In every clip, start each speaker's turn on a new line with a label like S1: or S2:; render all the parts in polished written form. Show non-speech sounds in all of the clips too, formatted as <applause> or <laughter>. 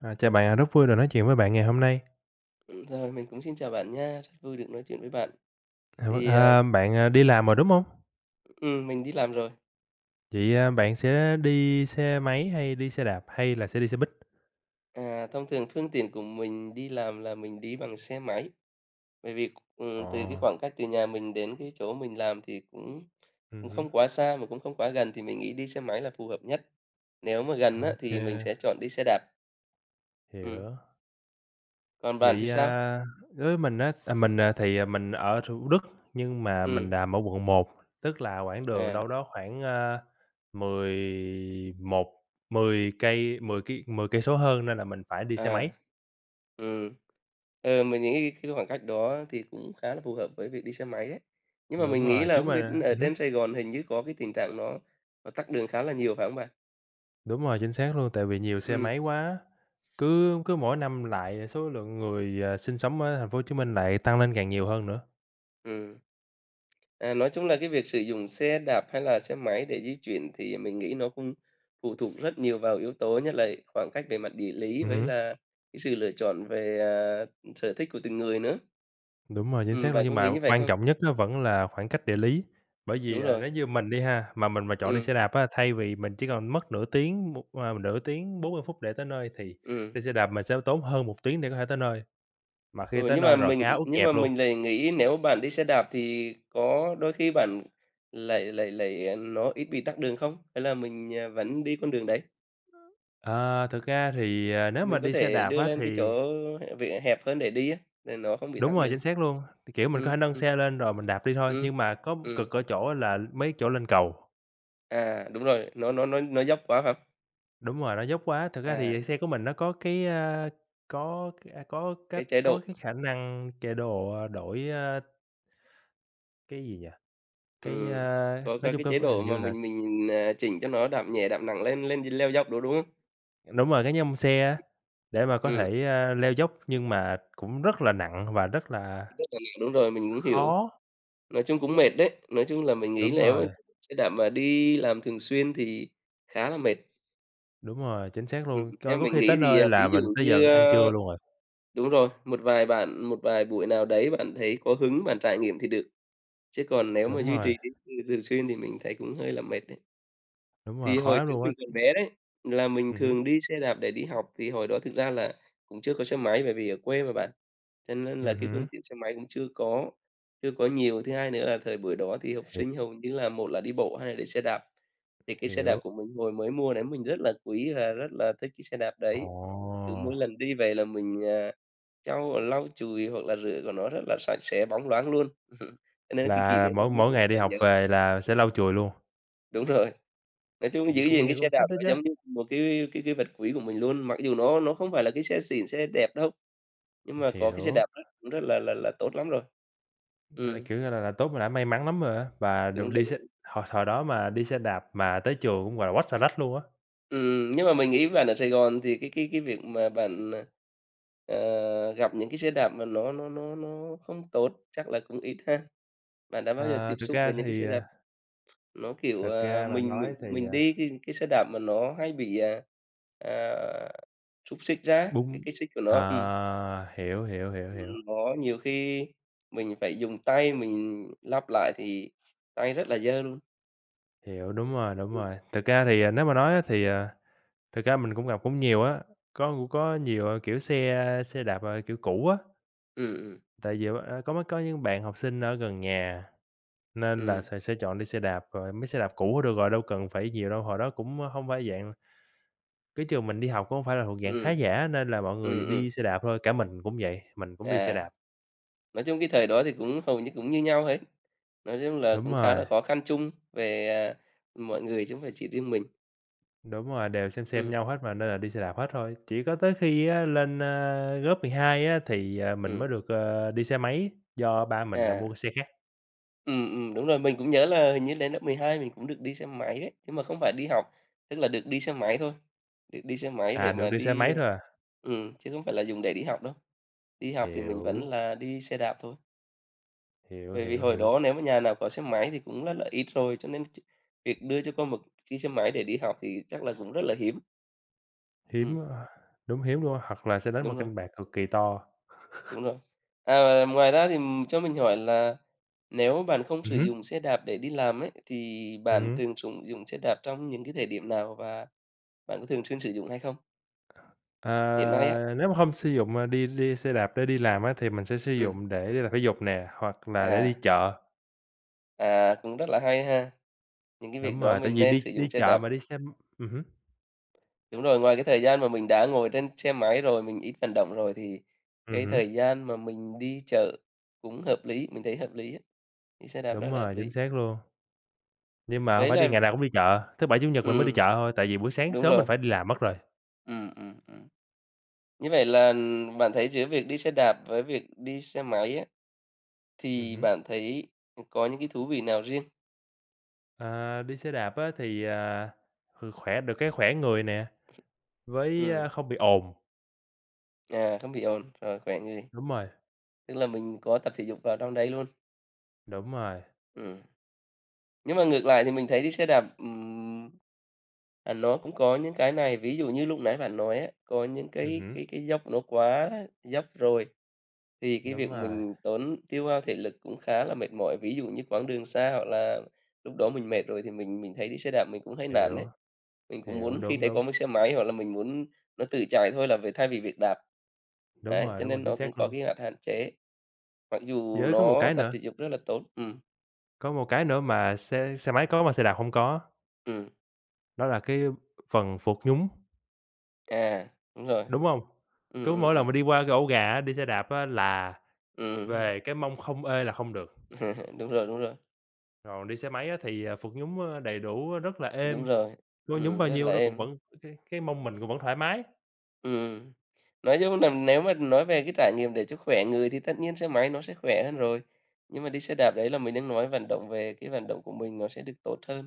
S1: Chào bạn, rất vui được nói chuyện với bạn ngày hôm nay.
S2: Rồi, mình cũng xin chào bạn nha, rất vui được nói chuyện với bạn.
S1: Vâng,
S2: Thì,
S1: bạn đi làm rồi, đúng không?
S2: mình đi làm rồi,
S1: Vậy, bạn sẽ đi xe máy hay đi xe đạp hay là sẽ đi xe buýt?
S2: thông thường phương tiện của mình đi làm là mình đi bằng xe máy, bởi vì,
S1: Ồ,
S2: từ cái khoảng cách từ nhà mình đến cái chỗ mình làm thì cũng cũng
S1: hứm.
S2: không quá xa mà cũng không quá gần, thì mình nghĩ đi xe máy là phù hợp nhất. Nếu mà gần á,
S1: Ok,
S2: thì mình sẽ chọn đi xe đạp. Ừm,
S1: hiểu.
S2: Còn bạn thì
S1: Vậy,
S2: sao?
S1: đối với mình á, à, mình, à, thì, à, mình ở Thủ Đức nhưng mà mình
S2: Ừm,
S1: làm ở quận một, tức là quãng đường
S2: à.
S1: đâu đó khoảng, mười một, mười cây, 10 ki 10 cây số hơn nên là mình phải đi xe
S2: À.
S1: máy.
S2: Ừm. Ờ, mình nghĩ cái khoảng cách đó thì cũng khá là phù hợp với việc đi xe máy đấy. Nhưng mà
S1: Đúng
S2: mình nghĩ
S1: rồi,
S2: là
S1: chứ
S2: không biết
S1: mà
S2: ở trên Sài Gòn hình như có cái tình trạng nó tắc đường khá là nhiều phải không bạn?
S1: đúng rồi, chính xác luôn, tại vì nhiều xe
S2: Ừ,
S1: máy quá, cứ cứ mỗi năm lại số lượng người, sinh sống ở thành phố Hồ Chí Minh lại tăng lên càng nhiều hơn nữa.
S2: ừm. À, nói chung là cái việc sử dụng xe đạp hay là xe máy để di chuyển thì mình nghĩ nó cũng phụ thuộc rất nhiều vào yếu tố, nhất là khoảng cách về mặt địa lý với
S1: Hứm,
S2: là cái sự lựa chọn về, sở thích của từng người nữa.
S1: đúng rồi, chính xác luôn,
S2: Bạn có
S1: nhưng
S2: nghĩ
S1: mà
S2: như vậy
S1: quan
S2: không?
S1: trọng nhất á vẫn là khoảng cách địa lý, bởi vì,
S2: Đúng rồi.
S1: nếu như mình đi ha, mà mình chọn đi
S2: Ừ,
S1: xe đạp á, thay vì mình chỉ còn mất nửa tiếng, nửa tiếng 40 phút để tới nơi thì
S2: ừ.
S1: đi xe đạp mình sẽ tốn hơn một tiếng để có thể tới nơi, mà khi
S2: Ừ,
S1: tới
S2: nhưng mà
S1: nơi rồi cái
S2: mình
S1: áo ướt nhẹp luôn.
S2: lại nghĩ nếu bạn đi xe đạp thì có đôi khi bạn lại lại lại, nó ít bị tắc đường không? Hay là mình, vẫn đi con đường đấy?
S1: Ờ, thực ra thì, nếu mà
S2: Mình có
S1: đi xe
S2: thể
S1: đạp
S2: đưa
S1: á
S2: lên
S1: thì
S2: cái chỗ vỉa hẹp hơn để đi á, để nó không bị
S1: đúng
S2: tắc
S1: rồi,
S2: đường.
S1: chính xác luôn. Thì, kiểu, mình có
S2: Ừ
S1: thể nâng
S2: ừ
S1: xe lên rồi mình đạp đi thôi,
S2: ừ
S1: nhưng mà có
S2: ừm.
S1: cực ở chỗ là mấy chỗ lên cầu.
S2: À, đúng rồi, nó dốc quá phải không?
S1: Đúng rồi, nó dốc quá. Thực ra
S2: À,
S1: thì xe của mình nó có cái, a, có
S2: cái
S1: cách
S2: chế
S1: có
S2: độ
S1: cái khả năng đổi, cái gì nhỉ? Cái,
S2: ừm,
S1: a,
S2: có
S1: nói
S2: có
S1: chung
S2: cái
S1: cái
S2: chế độ
S1: hình
S2: mà
S1: như là
S2: mình, chỉnh cho nó đạp nhẹ, đạp nặng lên lên leo dốc đồ, đúng không?
S1: đúng rồi, cái nhông xe á, để mà có
S2: Ừ
S1: thể, leo dốc nhưng mà cũng rất là nặng và rất là
S2: đúng rồi, mình cũng hiểu.
S1: khó.
S2: Nói chung cũng mệt đấy, nói chung là mình nghĩ
S1: Đúng
S2: nếu mà
S1: rồi,
S2: xe đạp mà đi làm thường xuyên thì khá là mệt.
S1: đúng rồi, chính xác luôn.
S2: Theo
S1: Coi có
S2: mình
S1: khi
S2: nghĩ
S1: tới
S2: thì,
S1: nơi
S2: ví
S1: là
S2: dụ
S1: mình tới
S2: như,
S1: giờ ăn trưa luôn rồi.
S2: đúng rồi, một vài buổi nào đấy bạn thấy có hứng bạn trải nghiệm thì được, chứ còn nếu mà
S1: Đúng
S2: duy
S1: rồi,
S2: trì đến, thường xuyên thì mình thấy cũng hơi là mệt đấy.
S1: đúng rồi,
S2: Thì
S1: khó
S2: hồi
S1: lắm
S2: trước
S1: luôn
S2: mình còn
S1: á.
S2: bé đấy, là mình
S1: Hứm.
S2: thường đi xe đạp để đi học, thì hồi đó thực ra là cũng chưa có xe máy, bởi vì ở quê mà bạn, cho nên là cái phương
S1: Hứm,
S2: tiện xe máy cũng chưa có nhiều. Thứ hai nữa là thời buổi đó thì học sinh hầu như là một là đi bộ, hai là để xe đạp. Thì cái xe đạp
S1: hiểu.
S2: của mình hồi mới mua đấy mình rất là quý và rất là thích cái xe đạp
S1: Ồ,
S2: đấy. Cứ mỗi lần đi về là mình, lau chùi hoặc là rửa của nó rất là sạch sẽ, bóng loáng luôn. <laughs> Cho nên cái kỷ
S1: là
S2: niệm đó
S1: mỗi
S2: mình
S1: mỗi
S2: rất
S1: ngày đi
S2: là
S1: học
S2: nhớ.
S1: về là sẽ lau chùi luôn?
S2: Đúng rồi. Nói chung
S1: Vậy
S2: giữ
S1: cũng
S2: gìn
S1: nghe
S2: cái xe
S1: cũng thích
S2: đạp
S1: đó
S2: nó
S1: chứ.
S2: giống như một cái vật quý của mình luôn, mặc dù nó không phải là cái xe xịn, xe đẹp đâu, nhưng mà có cái xe
S1: Hiểu,
S2: đạp cũng rất là tốt lắm rồi.
S1: là,
S2: Ừm,
S1: kiểu như là tốt mà đã may mắn lắm rồi á, và
S2: đúng
S1: được đi xe
S2: rồi.
S1: hồi hồi đó mà đi xe đạp mà tới trường cũng, gọi là, quách xà lách luôn á.
S2: Nhưng mà mình nghĩ bạn ở Sài Gòn thì cái việc mà bạn, gặp những cái xe đạp mà nó không tốt chắc là cũng ít ha? Bạn đã bao giờ tiếp
S1: Ờ, thực
S2: xúc
S1: ra
S2: với những cái xe
S1: thì,
S2: đạp nó, kiểu,
S1: thực ra mà
S2: mình
S1: nói
S2: mình
S1: thì,
S2: mình đi cái xe đạp mà nó hay bị, à, xúc xích ra, cái
S1: bún
S2: cái xích của nó, ừm.
S1: hiểu,
S2: Ừm, Đó, nhiều khi mình phải dùng tay mình lắp lại thì tay rất là dơ luôn.
S1: hiểu, đúng rồi, đúng
S2: Ừ
S1: rồi. Thực ra thì, nếu mà nói á thì, thực ra mình cũng gặp cũng nhiều á, có cũng có nhiều, ờ, kiểu, xe xe đạp, ờ, kiểu, cũ á.
S2: ừ
S1: Tại vì á có những bạn học sinh ở gần nhà
S2: ừ
S1: nên là
S2: ừ
S1: sẽ chọn đi xe đạp, rồi mấy xe đạp cũ được rồi, đâu cần phải nhiều đâu. Hồi đó cũng không phải dạng cái trường mình đi học cũng không phải là thuộc dạng khá
S2: ừ
S1: giả nên là mọi người
S2: ừm.
S1: đi xe đạp thôi, cả mình cũng vậy, mình cũng đi xe
S2: À,
S1: đạp.
S2: nói chung cái thời đó thì cũng hầu như cũng như nhau hết. Nói chung là
S1: Đúng
S2: cũng khá
S1: rồi,
S2: là khó khăn chung về, mọi người chứ không phải chỉ riêng mình.
S1: đúng rồi, đều xem
S2: Ừ
S1: nhau hết mà nên là đi xe đạp hết thôi. Chỉ có tới khi á lên, lớp 12 á thì, mình
S2: ừ
S1: mới được, ờ, đi xe máy do ba mình là mua
S2: à,
S1: cái xe khác,
S2: ừ ừ đúng rồi, mình cũng nhớ là hình như đến lớp 12 mình cũng được đi xe máy đấy, nhưng mà không phải đi học, tức là được đi xe máy thôi, được đi xe máy để
S1: được
S2: mà
S1: đi xe
S2: đi
S1: máy thôi à.
S2: chứ không phải là dùng để đi học đâu. Đi học thì mình vẫn
S1: Hiểu,
S2: là đi xe đạp thôi, bởi vì hồi
S1: hiểu.
S2: đó nếu mà nhà nào có xe máy thì cũng rất là ít rồi, cho nên việc đưa cho con một chiếc xe máy để đi học thì chắc là cũng rất là hiếm. Ừm,
S1: Hiếm, đúng, hiếm luôn á, hoặc là sẽ đánh một
S2: đúng rồi,
S1: canh bạc cực kỳ to.
S2: đúng rồi. À, ngoài ra thì, cho mình hỏi là nếu bạn không sử
S1: Hứm,
S2: dụng xe đạp để đi làm ấy, thì bạn
S1: hứm.
S2: thường sử dụng xe đạp trong những cái thời điểm nào và bạn có thường xuyên sử dụng hay không? Hiện nay á,
S1: Ờ, nếu mà hông sử dụng, đi đi xe đạp để đi làm á, thì mình sẽ sử
S2: ừm,
S1: dụng để đi tập thể dục nè, hoặc là để đi
S2: à,
S1: chợ.
S2: cũng rất là hay ha, những cái việc
S1: Đúng
S2: đó
S1: rồi, tại
S2: mình
S1: vì
S2: nên sử
S1: đi
S2: dụng
S1: đi
S2: xe
S1: chợ
S2: đạp.
S1: mà đi xe hứm,
S2: Đúng rồi, ngoài cái thời gian mà mình đã ngồi trên xe máy rồi, mình ít vận động rồi thì cái
S1: hứm,
S2: thời gian mà mình đi chợ cũng hợp lý, mình thấy hợp lý á, đi xe đạp đó
S1: đúng
S2: là hợp
S1: rồi,
S2: lý.
S1: chính xác luôn. Nhưng mà hông
S2: Vậy
S1: phải đi
S2: là
S1: ngày nào cũng đi chợ, thứ Bảy, Chủ nhật mình mới đi
S2: ừm,
S1: chợ thôi, tại vì buổi sáng
S2: đúng
S1: sớm mình
S2: rồi,
S1: phải đi làm mất rồi.
S2: ừm, ừm, ừm. Như vậy là bạn thấy giữa việc đi xe đạp với việc đi xe máy á, thì
S1: Hứm.
S2: bạn thấy có những cái thú vị nào riêng?
S1: Ờ, đi xe đạp á thì, kh khỏe được cái khỏe người nè, với,
S2: Ừm,
S1: không bị ồn.
S2: Không bị ồn, rồi khỏe người,
S1: Đúng rồi,
S2: tức là mình có tập thể dục vào trong đấy luôn.
S1: đúng rồi,
S2: Ừm. Nhưng mà ngược lại thì mình thấy đi xe đạp, nó cũng có những cái này, ví dụ như lúc nãy bạn nói á, có những cái
S1: hứm.
S2: cái cái dốc nó quá dốc rồi, thì cái
S1: Đúng
S2: việc
S1: rồi,
S2: mình tốn tiêu hao thể lực cũng khá là mệt mỏi. Ví dụ như quãng đường xa hoặc là lúc đó mình mệt rồi thì mình thấy đi xe đạp mình cũng hay nản đấy
S1: hiểu,
S2: mình cũng
S1: hiểu,
S2: muốn khi
S1: đúng,
S2: đấy
S1: đúng,
S2: có một xe máy hoặc là mình muốn nó tự chạy thôi là về thay vì việc đạp. Đấy, cho
S1: đúng rồi,
S2: nên
S1: chính
S2: nó cũng
S1: xác
S2: có
S1: luôn.
S2: cái hạn hạn chế, mặc dù
S1: Với có một
S2: nó
S1: cái
S2: tập
S1: nữa,
S2: thể dục rất là tốt.
S1: có một cái nữa mà xe xe máy có mà xe đạp hông có,
S2: Ừm.
S1: đó là cái phần phượt nhúng,
S2: À, đúng rồi.
S1: đúng hông?
S2: Ừm,
S1: Cứ
S2: ừm,
S1: mỗi lần
S2: ừm.
S1: mà đi qua cái ổ gà á, đi xe đạp á là
S2: Ừm,
S1: về cái mông không ê là không được,
S2: <laughs> đúng rồi, đúng rồi,
S1: còn đi xe máy á thì, phượt nhúng, ơ, đầy đủ, ơ, rất là
S2: đúng
S1: êm,
S2: rồi.
S1: có nhúng bao
S2: Rất
S1: nhiêu
S2: là
S1: nó cũng
S2: êm.
S1: vẫn cái mông mình cũng vẫn thoải mái.
S2: Ừm. Nói chung là nếu mà nói về cái trải nghiệm để cho khỏe người thì tất nhiên xe máy nó sẽ khỏe hơn rồi, nhưng mà đi xe đạp đấy là mình đang nói vận động về cái vận động của mình nó sẽ được tốt hơn.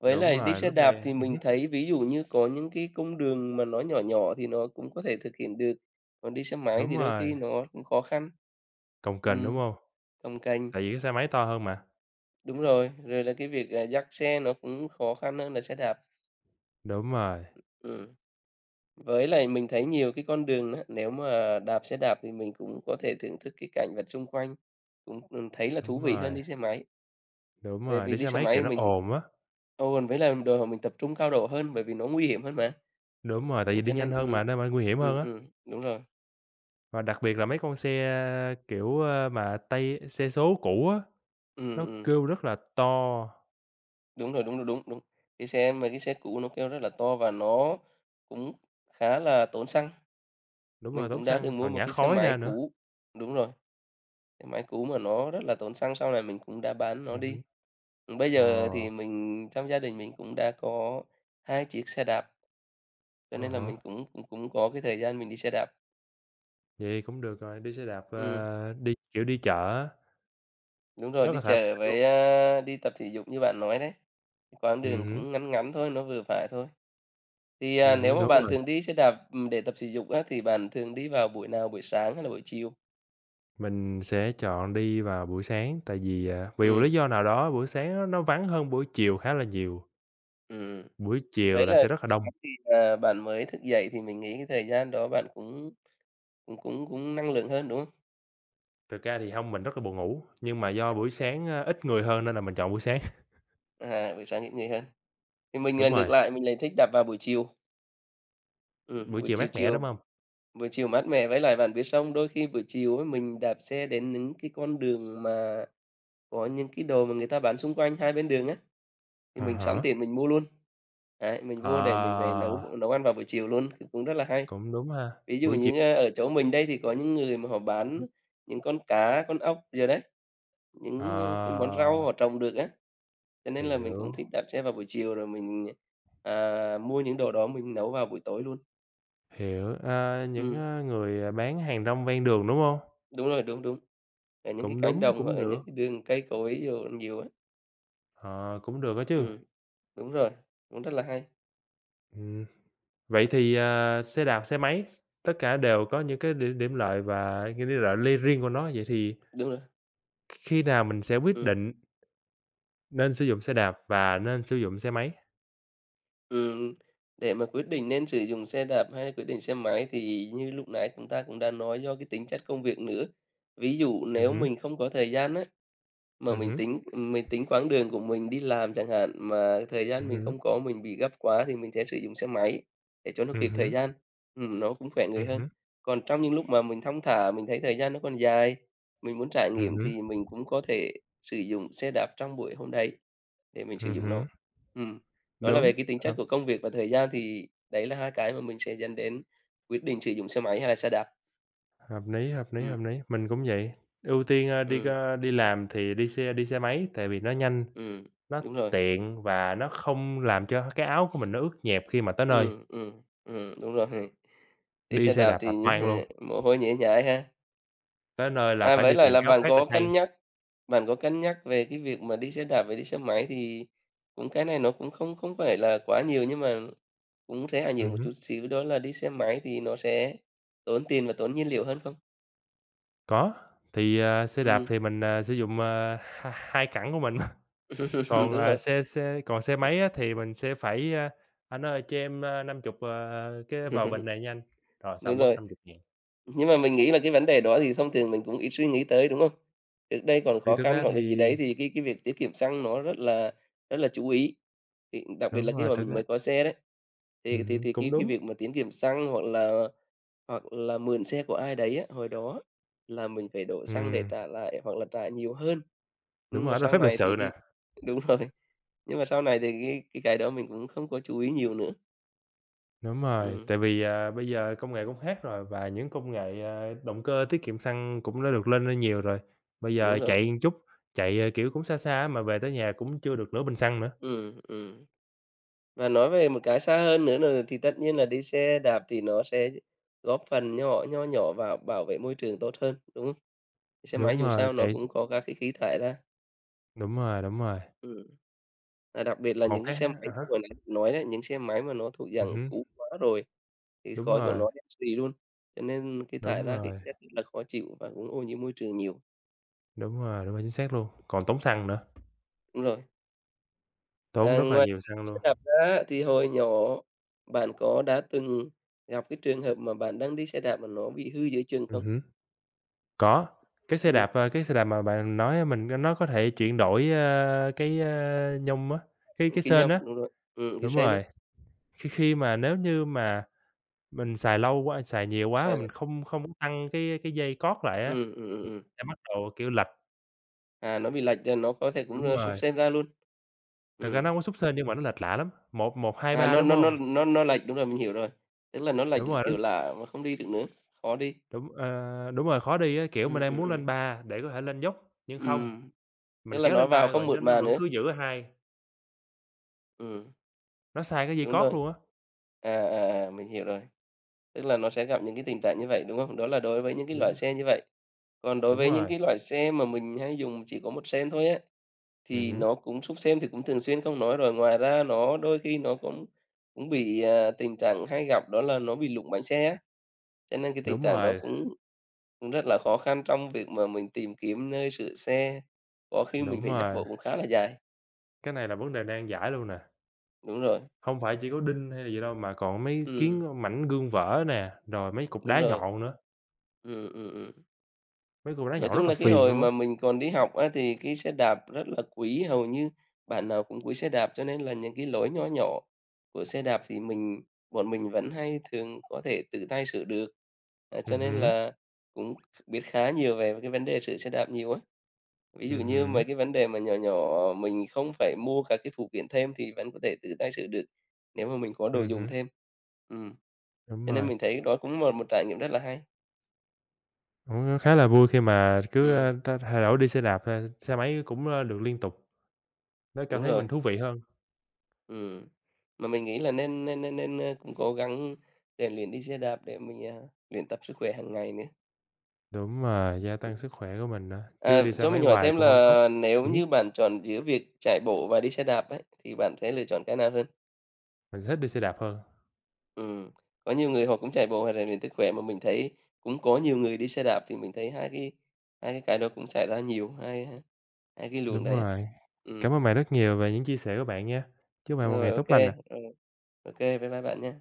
S2: Với
S1: Đúng
S2: lại đi
S1: rồi,
S2: xe
S1: lúc này
S2: đạp thì mình
S1: hứm,
S2: thấy ví dụ như có những cái cung đường mà nó nhỏ nhỏ thì nó cũng có thể thực hiện được, còn đi xe máy
S1: đúng
S2: thì đôi
S1: rồi,
S2: khi nó cũng khó khăn.
S1: cồng kềnh, đúng
S2: Ừm,
S1: hông?
S2: cồng kềnh.
S1: Tại vì cái xe máy to hơn mà.
S2: Đúng rồi, rồi là cái việc, dắt xe nó cũng khó khăn hơn là xe đạp.
S1: Đúng rồi,
S2: Ừm, với lại mình thấy nhiều cái con đường á, nếu mà đạp xe đạp thì mình cũng có thể thưởng thức cái cảnh vật xung quanh, cũng, thấy là thú
S1: đúng
S2: vị hơn
S1: rồi.
S2: đi xe máy.
S1: Đúng
S2: Bởi
S1: rồi,
S2: vì
S1: đi
S2: đi
S1: xe
S2: xe
S1: máy,
S2: máy thì
S1: kiểu, nó
S2: mình
S1: ồn á.
S2: ồn với lại đòi hỏi mình tập trung cao độ hơn, bởi vì nó nguy hiểm hơn mà,
S1: Đúng rồi, tại
S2: ừ,
S1: vì đi
S2: cho nên
S1: nhanh hơn mà, nên mà nguy hiểm hơn á.
S2: đúng rồi,
S1: Và đặc biệt là mấy con xe, kiểu, ơ, mà tay xe số cũ á,
S2: ừm,
S1: nó
S2: ừm,
S1: kêu rất là to.
S2: đúng rồi, đúng, rồi, đúng, đúng. Cái xe cũ nó kêu rất là to và nó cũng khá là tốn xăng,
S1: Đúng
S2: mình
S1: rồi, tốn
S2: cũng đã
S1: xăng,
S2: từng mua
S1: còn
S2: một
S1: nhả
S2: cái xe
S1: khói
S2: máy
S1: ra nữa.
S2: cũ đúng rồi. Cái máy cũ mà nó rất là tốn xăng, sau này mình cũng đã bán nó đi.
S1: Hứm.
S2: Bây
S1: Ờ,
S2: giờ thì mình trong gia đình mình cũng đã có 2 chiếc xe đạp, cho
S1: à
S2: nên là mình
S1: há,
S2: cũng cũng cũng có cái thời gian mình đi xe đạp.
S1: vậy cũng được rồi, đi xe đạp,
S2: Ừm,
S1: ờ, đi, kiểu, đi chợ á,
S2: đúng rồi,
S1: rất
S2: đi
S1: là thoải
S2: chợ
S1: mái
S2: với,
S1: luôn.
S2: đi tập thể dục như bạn nói đấy, quãng đường
S1: Hứm,
S2: cũng ngắn ngắn thôi, nó vừa phải thôi. Thì, nếu
S1: hứm,
S2: mà
S1: đúng
S2: bạn
S1: rồi.
S2: thường đi xe đạp, để tập thể dục á, thì bạn thường đi vào buổi nào, buổi sáng hay là buổi chiều?
S1: Mình sẽ chọn đi vào buổi sáng, tại vì, vì một lý
S2: Ừm,
S1: do nào đó buổi sáng nó vắng hơn buổi chiều khá là nhiều.
S2: ừm,
S1: Buổi chiều
S2: Vậy
S1: là
S2: là
S1: sẽ rất là
S2: sáng
S1: đông.
S2: thì, bạn mới thức dậy thì mình nghĩ cái thời gian đó bạn cũng cũng cũng cũng năng lượng hơn, đúng không?
S1: Thực ra thì hông, mình rất là buồn ngủ, nhưng mà do buổi sáng, ít người hơn nên là mình chọn buổi sáng. <laughs>
S2: À, buổi sáng ít người hơn. Thì mình,
S1: Đúng
S2: ngược
S1: rồi,
S2: lại, mình lại thích đạp vào buổi chiều. Ừm,
S1: buổi
S2: buổi
S1: chiều
S2: chiều
S1: mát mẻ, đúng
S2: chiều
S1: hông?
S2: buổi chiều mát mẻ với lại bạn biết xong đôi khi buổi chiều ấy mình đạp xe đến những cái con đường mà có những cái đồ mà người ta bán xung quanh hai bên đường á, thì
S1: À
S2: mình sẵn
S1: há,
S2: tiền mình mua luôn. Đấy, mình
S1: ờ,
S2: vô để mình về nấu nấu ăn vào buổi chiều luôn, thì cũng rất là hay.
S1: cũng đúng ha,
S2: Ví dụ
S1: buổi chiều
S2: như á, ở chỗ mình đây thì có những người mà họ bán những con cá, con ốc giờ đấy,
S1: ờ,
S2: những cái món rau họ trồng được á. Cho nên là mình cũng
S1: hiểu,
S2: thích đạp xe vào buổi chiều rồi mình, à, mua những đồ đó mình nấu vào buổi tối luôn.
S1: hiểu, những,
S2: Ừm,
S1: người, bán hàng rong ven đường, đúng hông?
S2: đúng rồi, đúng, đúng, ở những cái
S1: Cũng
S2: cánh
S1: đúng,
S2: đồng hoặc
S1: cũng
S2: là những
S1: được,
S2: cái đường cây cối nhiều nhiều á.
S1: ờ, cũng được á chứ.
S2: Ừm, đúng rồi, cũng rất là hay.
S1: Ừm, vậy thì, xe đạp, xe máy, tất cả đều có những cái điểm điểm lợi và cái điểm lợi ly riêng của nó, vậy thì
S2: Đúng rồi,
S1: khi nào mình sẽ quyết
S2: ừm,
S1: định nên sử dụng xe đạp và nên sử dụng xe máy?
S2: ừm, để mà quyết định nên sử dụng xe đạp hay là quyết định xe máy thì như lúc nãy chúng ta cũng đã nói do cái tính chất công việc nữa. Ví dụ nếu
S1: Hứm,
S2: mình không có thời gian á, mà mình
S1: hứm,
S2: tính mình tính quãng đường của mình đi làm chẳng hạn, mà thời gian mình
S1: hứm,
S2: không có, mình bị gấp quá thì mình sẽ sử dụng xe máy để cho nó kịp thời
S1: hứm,
S2: gian, nó cũng khỏe người hơn.
S1: hứm,
S2: Còn trong những lúc mà mình thong thả, mình thấy thời gian nó còn dài, mình muốn trải nghiệm
S1: hứm,
S2: thì mình cũng có thể sử dụng xe đạp trong buổi hôm đấy để mình sử dụng nó.
S1: hứm.
S2: Ừm, đó là về
S1: Đúng,
S2: cái tính chất
S1: hợp
S2: của công việc và thời gian thì đấy là hai cái mà mình sẽ dẫn đến quyết định sử dụng xe máy hay là xe đạp.
S1: hợp
S2: Ừm,
S1: lý. Mình cũng vậy, ưu tiên,
S2: ừm,
S1: ơ, đi làm thì đi xe máy, tại vì nó nhanh,
S2: ừm,
S1: nó
S2: đúng rồi.
S1: tiện và nó không làm cho cái áo của mình nó ướt nhẹp khi mà tới nơi.
S2: Ừm, ừm, đúng rồi. Đi
S1: Đi
S2: xe
S1: xe
S2: đạp
S1: đạp
S2: thì
S1: là toang luôn,
S2: <laughs> mồ hôi nhễ nhại ha.
S1: tới nơi là
S2: À,
S1: phải
S2: với
S1: đi
S2: lại
S1: tìm
S2: là
S1: cái áo
S2: bạn
S1: khác để
S2: có
S1: thay.
S2: cân nhắc bạn có cân nhắc về cái việc mà đi xe đạp với đi xe máy thì cũng cái này nó cũng không không phải là quá nhiều nhưng mà cũng rẻ nhiều một
S1: Hứm,
S2: chút xíu, đó là đi xe máy thì nó sẽ tốn tiền và tốn nhiên liệu hơn không?
S1: có, thì, ờ, xe đạp
S2: Ừ
S1: thì mình, ờ, sử dụng, ờ, hai hai cẳng của mình.
S2: <laughs>
S1: Còn,
S2: đúng rồi,
S1: xe xe còn xe máy á thì mình sẽ phải, a: "Anh ơi, cho em, năm chục ờ, cái vào bình này nha anh." Rồi
S2: đúng
S1: xong mất
S2: rồi.
S1: năm chục 000
S2: Nhưng mà mình nghĩ là cái vấn đề đó thì thông thường mình cũng ít suy nghĩ tới, đúng không? Trước đây còn
S1: thì
S2: khó
S1: thực
S2: khăn
S1: ra
S2: hoặc là
S1: thì
S2: gì đấy thì cái việc tiết kiệm xăng nó rất là chú ý, thì đặc biệt
S1: đúng
S2: là cái
S1: rồi,
S2: hồi
S1: thực
S2: mình
S1: ra
S2: mới có xe đấy, thì thì
S1: hứm,
S2: thì
S1: cũng
S2: cái
S1: đúng.
S2: việc mà tiết kiệm xăng hoặc là mượn xe của ai đấy á, hồi đó là mình phải đổ xăng để
S1: Ừm,
S2: trả lại hoặc là trả nhiều hơn.
S1: đúng
S2: Nhưng mà
S1: rồi, đó là
S2: sau
S1: phép lịch
S2: này
S1: sự
S2: thì
S1: nè,
S2: cái <laughs> đúng rồi, nhưng mà sau này thì cái đó mình cũng không có chú ý nhiều nữa.
S1: đúng rồi,
S2: Ừm,
S1: tại vì, bây giờ công nghệ cũng khác rồi và những công nghệ, động cơ tiết kiệm xăng cũng đã được lên lên nhiều rồi. Bây
S2: đúng
S1: giờ
S2: rồi.
S1: chạy một chút, chạy, kiểu, cũng xa xa á mà về tới nhà cũng chưa được nửa bình xăng nữa.
S2: Ừ, ừ, và nói về một cái xa hơn nữa nà thì tất nhiên là đi xe đạp thì nó sẽ góp phần nhỏ nho nhỏ vào bảo vệ môi trường tốt hơn, đúng không? Xe máy
S1: Đúng
S2: dù
S1: rồi,
S2: sao nó
S1: chạy x
S2: cũng có các cái khí thải ra,
S1: đúng rồi,
S2: ừm, và đặc biệt là
S1: một
S2: những cái
S1: cái
S2: xe máy
S1: à há,
S2: như hồi nãy mình nói đấy, những xe máy mà nó thuộc dạng
S1: hứm,
S2: cũ quá rồi thì
S1: đúng
S2: khói của
S1: rồi,
S2: nó đen xì luôn, cho nên cái thải
S1: đúng
S2: ra cái
S1: rồi.
S2: chất rất là khó chịu và cũng ô nhiễm môi trường nhiều.
S1: Đúng rồi, đúng rồi, chính xác luôn, còn tốn xăng nữa,
S2: Đúng rồi.
S1: tốn
S2: À,
S1: rất là
S2: ngoài
S1: nhiều xăng
S2: xe
S1: luôn.
S2: đạp ra thì hồi nhỏ bạn có đã từng gặp cái trường hợp mà bạn đang đi xe đạp mà nó bị hư giữa chừng không?
S1: Hứm, có, cái xe
S2: Ừm.
S1: đạp, cái xe đạp mà bạn nói á, mình nó có thể chuyển đổi, ơ, cái, ơ, nhông á, cái
S2: Kinh
S1: sên
S2: nhông,
S1: á,
S2: đúng rồi. Chính
S1: đúng
S2: xác đó.
S1: rồi, khi khi mà nếu như mà mình xài lâu quá, xài nhiều quá mà
S2: Sao vậy?
S1: mình không không có tăng cái dây cót lại á,
S2: Ừ, ừm.
S1: sẽ bắt đầu, kiểu, lệch
S2: À, nó bị lệch cho nó có thể cũng,
S1: đúng
S2: xúc
S1: rồi,
S2: xếp ra luôn.
S1: thực ra
S2: Ừ,
S1: nó hông có xúc sên nhưng mà nó lệch lạ lắm, một một 2
S2: à,
S1: 3
S2: nó
S1: đúng
S2: nó nó
S1: hông?
S2: nó nó lệch, đúng rồi, mình hiểu rồi. Tức là nó lệch,
S1: Đúng rồi, nó
S2: kiểu là, mà không đi được nữa, khó đi.
S1: đúng, ờ, đúng rồi, khó đi á, kiểu, mình
S2: Ừ,
S1: đang
S2: ừ, ừ,
S1: muốn lên 3 để có thể lên dốc nhưng không.
S2: ừm, tức
S1: Mình
S2: là
S1: kéo
S2: nó
S1: lên
S2: vào
S1: 3 rồi
S2: không mượt
S1: nó
S2: mà
S1: vẫn
S2: nữa.
S1: cứ giữ ở 2,
S2: Ừ,
S1: nó sai cái dây
S2: đúng
S1: cót
S2: rồi.
S1: luôn á.
S2: À, à, à, mình hiểu rồi. Tức là nó sẽ gặp những cái tình trạng như vậy, đúng không? Đó là đối với những cái
S1: Đúng,
S2: loại xe như vậy. Còn đối
S1: đúng
S2: với những
S1: rồi,
S2: cái loại xe mà mình hay dùng chỉ có một sen thôi á, thì
S1: hứm,
S2: nó cũng súp sêm thì cũng thường xuyên không nói rồi, ngoài ra nó đôi khi nó cũng cũng bị, à, tình trạng hay gặp đó là nó bị lủng bánh xe á, cho nên cái tình
S1: đúng
S2: trạng đó
S1: rồi,
S2: cũng cũng rất là khó khăn trong việc mà mình tìm kiếm nơi sửa xe, có khi mình
S1: đúng
S2: phải dắt bộ
S1: rồi,
S2: cũng khá là dài.
S1: cái này là vấn đề nan giải luôn nè,
S2: Đúng rồi,
S1: hông phải chỉ có đinh hay là gì đâu mà còn mấy
S2: ừm,
S1: kiến mảnh gương vỡ nè, rồi mấy cục
S2: đúng
S1: đá
S2: rồi,
S1: nhọn nữa,
S2: ừ, ừ, ừm.
S1: mấy cục đá
S2: Nói
S1: nhọn
S2: chung
S1: rất là
S2: là cái
S1: phiền
S2: hồi
S1: luôn á.
S2: mà mình còn đi học á, thì cái xe đạp rất là quý, hầu như bạn nào cũng quý xe đạp, cho nên là những cái lỗi nhỏ nhỏ của xe đạp thì bọn mình vẫn hay thường có thể tự tay sửa được. À, cho nên
S1: Hứm,
S2: là cũng biết khá nhiều về cái vấn đề sửa xe đạp nhiều á. Ví dụ như mấy
S1: hứm,
S2: cái vấn đề mà nhỏ nhỏ mình không phải mua các cái phụ kiện thêm thì vẫn có thể tự tay sửa được, nếu mà mình có đồ dùng
S1: hứm,
S2: thêm. Ừm.
S1: đúng
S2: Cho nên
S1: rồi,
S2: mình thấy đó cũng là một trải nghiệm rất là hay.
S1: cũng khá là vui khi mà cứ,
S2: Ừm,
S1: ta thay đổi đi xe đạp, xe máy cũng, được liên tục, nó cảm
S2: đúng
S1: thấy
S2: rồi.
S1: mình thú vị hơn.
S2: Ừ, mà mình nghĩ là nên nên nên nên, ơ, cũng cố gắng rèn luyện đi xe đạp để mình, à, luyện tập sức khỏe hàng ngày nữa.
S1: Đúng rồi, gia tăng
S2: Ừm.
S1: sức khỏe của mình nữa, chứ
S2: À,
S1: đi xe
S2: cho
S1: máy
S2: mình hỏi
S1: hoài
S2: thêm
S1: cũng hổng tốt.
S2: là nếu
S1: Hứm.
S2: như bạn chọn giữa việc chạy bộ và đi xe đạp ấy, thì bạn sẽ lựa chọn cái nào hơn?
S1: Mình thích đi xe đạp hơn.
S2: Ừ, có nhiều người họ cũng chạy bộ hoặc rèn luyện sức khỏe mà mình thấy cũng có nhiều người đi xe đạp thì mình thấy hai cái cái đó cũng xảy ra nhiều, hai hai hai cái luồng
S1: Đúng
S2: đấy á.
S1: rồi.
S2: Ừm,
S1: Cảm ơn bạn rất nhiều về những chia sẻ của bạn nha. Chúc bạn một
S2: rồi,
S1: ngày tốt
S2: OK,
S1: lành ạ.
S2: kê, rồi, ô, bye bye bạn nha.